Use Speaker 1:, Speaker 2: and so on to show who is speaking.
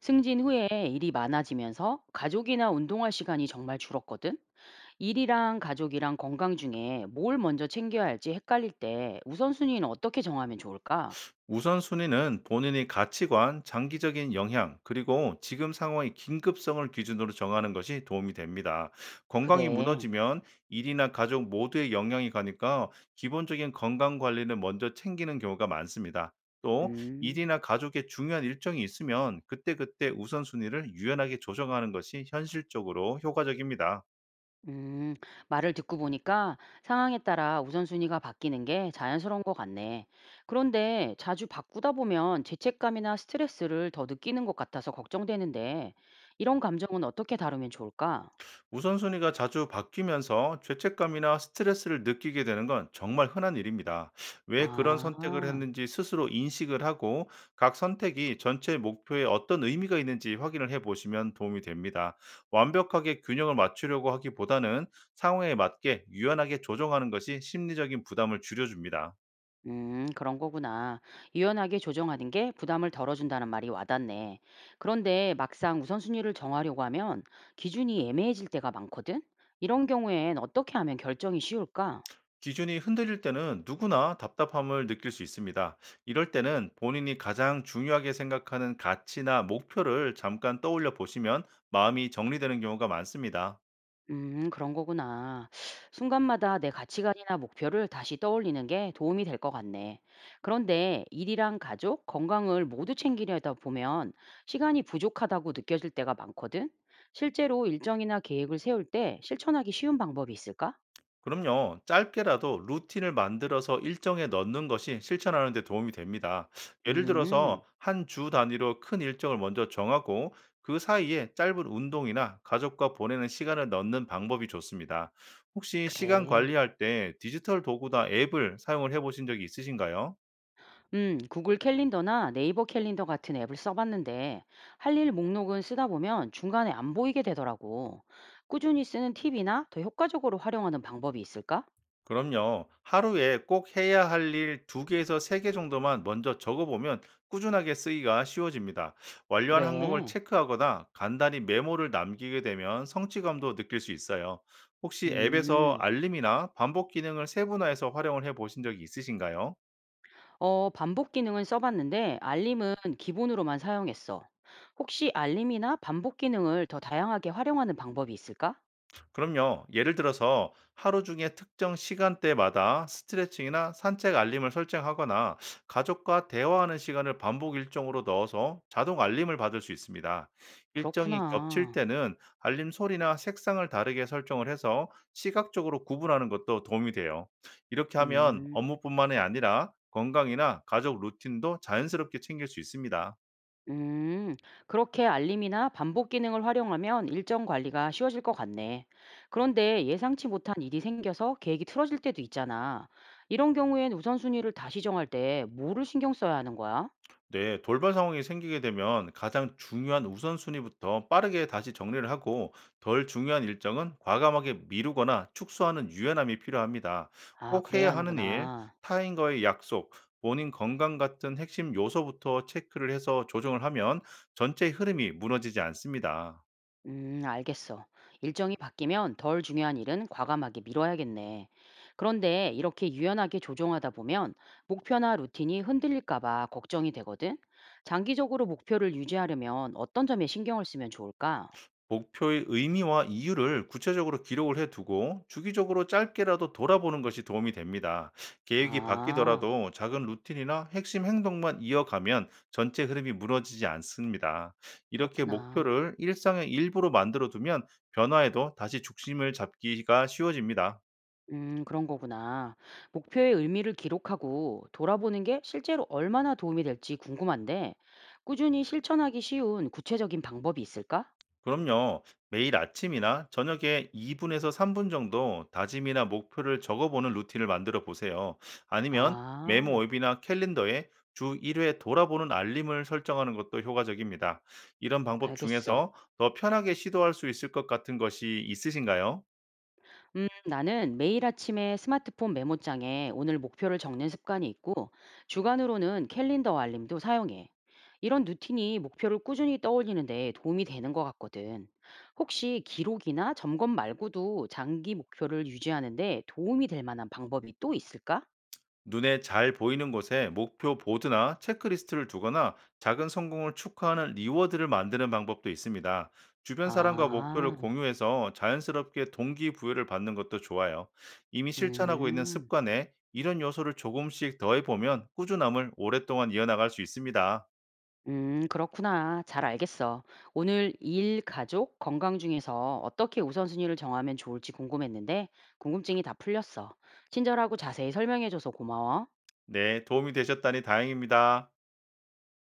Speaker 1: 승진 후에 일이 많아지면서 가족이나 운동할 시간이 정말 줄었거든? 일이랑 가족이랑 건강 중에 뭘 먼저 챙겨야 할지 헷갈릴 때 우선순위는 어떻게 정하면 좋을까?
Speaker 2: 우선순위는 본인의 가치관, 장기적인 영향, 그리고 지금 상황의 긴급성을 기준으로 정하는 것이 도움이 됩니다. 건강이
Speaker 1: 그래.
Speaker 2: 무너지면 일이나 가족 모두에 영향이 가니까 기본적인 건강 관리를 먼저 챙기는 경우가 많습니다. 또
Speaker 1: 음.
Speaker 2: 일이나 가족의 중요한 일정이 있으면 그때그때 우선순위를 유연하게 조정하는 것이 현실적으로 효과적입니다.
Speaker 1: 음, 말을 듣고 보니까 상황에 따라 우선순위가 바뀌는 게 자연스러운 것 같네. 그런데 자주 바꾸다 보면 죄책감이나 스트레스를 더 느끼는 것 같아서 걱정되는데 이런 감정은 어떻게 다루면 좋을까?
Speaker 2: 우선순위가 자주 바뀌면서 죄책감이나 스트레스를 느끼게 되는 건 정말 흔한 일입니다. 왜 그런 선택을
Speaker 1: 아.
Speaker 2: 했는지 스스로 인식을 하고 각 선택이 전체 목표에 어떤 의미가 있는지 확인을 해 보시면 도움이 됩니다. 완벽하게 균형을 맞추려고 하기보다는 상황에 맞게 유연하게 조정하는 것이 심리적인 부담을 줄여줍니다.
Speaker 1: 그런 거구나. 유연하게 조정하는 게 부담을 덜어준다는 말이 와닿네. 그런데 막상 우선순위를 정하려고 하면 기준이 애매해질 때가 많거든? 이런 경우엔 어떻게 하면 결정이 쉬울까?
Speaker 2: 기준이 흔들릴 때는 누구나 답답함을 느낄 수 있습니다. 이럴 때는 본인이 가장 중요하게 생각하는 가치나 목표를 잠깐 떠올려 보시면 마음이 정리되는 경우가 많습니다.
Speaker 1: 그런 거구나. 순간마다 내 가치관이나 목표를 다시 떠올리는 게 도움이 될 것 같네. 그런데 일이랑 가족, 건강을 모두 챙기려다 보면 시간이 부족하다고 느껴질 때가 많거든? 실제로 일정이나 계획을 세울 때 실천하기 쉬운 방법이 있을까?
Speaker 2: 그럼요. 짧게라도 루틴을 만들어서 일정에 넣는 것이 실천하는 데 도움이 됩니다. 예를
Speaker 1: 음,
Speaker 2: 들어서 한 주 단위로 큰 일정을 먼저 정하고 그 사이에 짧은 운동이나 가족과 보내는 시간을 넣는 방법이 좋습니다. 혹시 시간
Speaker 1: 그래.
Speaker 2: 관리할 때 디지털 도구나 앱을 사용을 해 보신 적이 있으신가요?
Speaker 1: 구글 캘린더나 네이버 캘린더 같은 앱을 써봤는데 할 일 목록은 쓰다 보면 중간에 안 보이게 되더라고. 꾸준히 쓰는 팁이나 더 효과적으로 활용하는 방법이 있을까?
Speaker 2: 그럼요. 하루에 꼭 해야 할 일 2개에서 3개 정도만 먼저 적어보면 꾸준하게 쓰기가 쉬워집니다. 완료한 항목을
Speaker 1: 그래.
Speaker 2: 체크하거나 간단히 메모를 남기게 되면 성취감도 느낄 수 있어요. 혹시 앱에서
Speaker 1: 음,
Speaker 2: 알림이나 반복 기능을 세분화해서 활용을 해 보신 적이 있으신가요?
Speaker 1: 반복 기능은 써봤는데 알림은 기본으로만 사용했어. 혹시 알림이나 반복 기능을 더 다양하게 활용하는 방법이 있을까?
Speaker 2: 그럼요. 예를 들어서 하루 중에 특정 시간대마다 스트레칭이나 산책 알림을 설정하거나 가족과 대화하는 시간을 반복 일정으로 넣어서 자동 알림을 받을 수 있습니다. 일정이 겹칠
Speaker 1: 그렇구나.
Speaker 2: 때는 알림 소리나 색상을 다르게 설정을 해서 시각적으로 구분하는 것도 도움이 돼요. 이렇게 하면
Speaker 1: 음.
Speaker 2: 업무뿐만이 아니라 건강이나 가족 루틴도 자연스럽게 챙길 수 있습니다.
Speaker 1: 음, 그렇게 알림이나 반복 기능을 활용하면 일정 관리가 쉬워질 것 같네. 그런데 예상치 못한 일이 생겨서 계획이 틀어질 때도 있잖아. 이런 경우엔 우선순위를 다시 정할 때 뭐를 신경 써야 하는 거야?
Speaker 2: 네, 돌발 상황이 생기게 되면 가장 중요한 우선순위부터 빠르게 다시 정리를 하고 덜 중요한 일정은 과감하게 미루거나 축소하는 유연함이 필요합니다.
Speaker 1: 아,
Speaker 2: 꼭
Speaker 1: 그래야
Speaker 2: 해야 하는 일,
Speaker 1: 하는구나.
Speaker 2: 타인과의 약속, 본인 건강 같은 핵심 요소부터 체크를 해서 조정을 하면 전체 흐름이 무너지지 않습니다.
Speaker 1: 알겠어. 일정이 바뀌면 덜 중요한 일은 과감하게 미뤄야겠네. 그런데 이렇게 유연하게 조정하다 보면 목표나 루틴이 흔들릴까 봐 걱정이 되거든. 장기적으로 목표를 유지하려면 어떤 점에 신경을 쓰면 좋을까?
Speaker 2: 목표의 의미와 이유를 구체적으로 기록을 해 두고 주기적으로 짧게라도 돌아보는 것이 도움이 됩니다. 계획이
Speaker 1: 아.
Speaker 2: 바뀌더라도 작은 루틴이나 핵심 행동만 이어가면 전체 흐름이 무너지지 않습니다. 이렇게
Speaker 1: 그렇구나.
Speaker 2: 목표를 일상의 일부로 만들어 두면 변화에도 다시 중심을 잡기가 쉬워집니다.
Speaker 1: 그런 거구나. 목표의 의미를 기록하고 돌아보는 게 실제로 얼마나 도움이 될지 궁금한데 꾸준히 실천하기 쉬운 구체적인 방법이 있을까?
Speaker 2: 그럼요. 매일 아침이나 저녁에 2분에서 3분 정도 다짐이나 목표를 적어보는 루틴을 만들어 보세요. 아니면 메모
Speaker 1: 아
Speaker 2: 앱이나 캘린더에 주 1회 돌아보는 알림을 설정하는 것도 효과적입니다. 이런 방법
Speaker 1: 알겠어.
Speaker 2: 중에서 더 편하게 시도할 수 있을 것 같은 것이 있으신가요?
Speaker 1: 나는 매일 아침에 스마트폰 메모장에 오늘 목표를 적는 습관이 있고, 주간으로는 캘린더 알림도 사용해. 이런 루틴이 목표를 꾸준히 떠올리는데 도움이 되는 것 같거든. 혹시 기록이나 점검 말고도 장기 목표를 유지하는데 도움이 될 만한 방법이 또 있을까?
Speaker 2: 눈에 잘 보이는 곳에 목표 보드나 체크리스트를 두거나 작은 성공을 축하하는 리워드를 만드는 방법도 있습니다. 주변 사람과 목표를
Speaker 1: 아,
Speaker 2: 공유해서 자연스럽게 동기부여를 받는 것도 좋아요. 이미 실천하고 있는
Speaker 1: 음.
Speaker 2: 습관에 이런 요소를 조금씩 더해보면 꾸준함을 오랫동안 이어나갈 수 있습니다.
Speaker 1: 그렇구나. 잘 알겠어. 오늘 일, 가족, 건강 중에서 어떻게 우선순위를 정하면 좋을지 궁금했는데, 궁금증이 다 풀렸어. 친절하고 자세히 설명해줘서 고마워.
Speaker 2: 네, 도움이 되셨다니 다행입니다.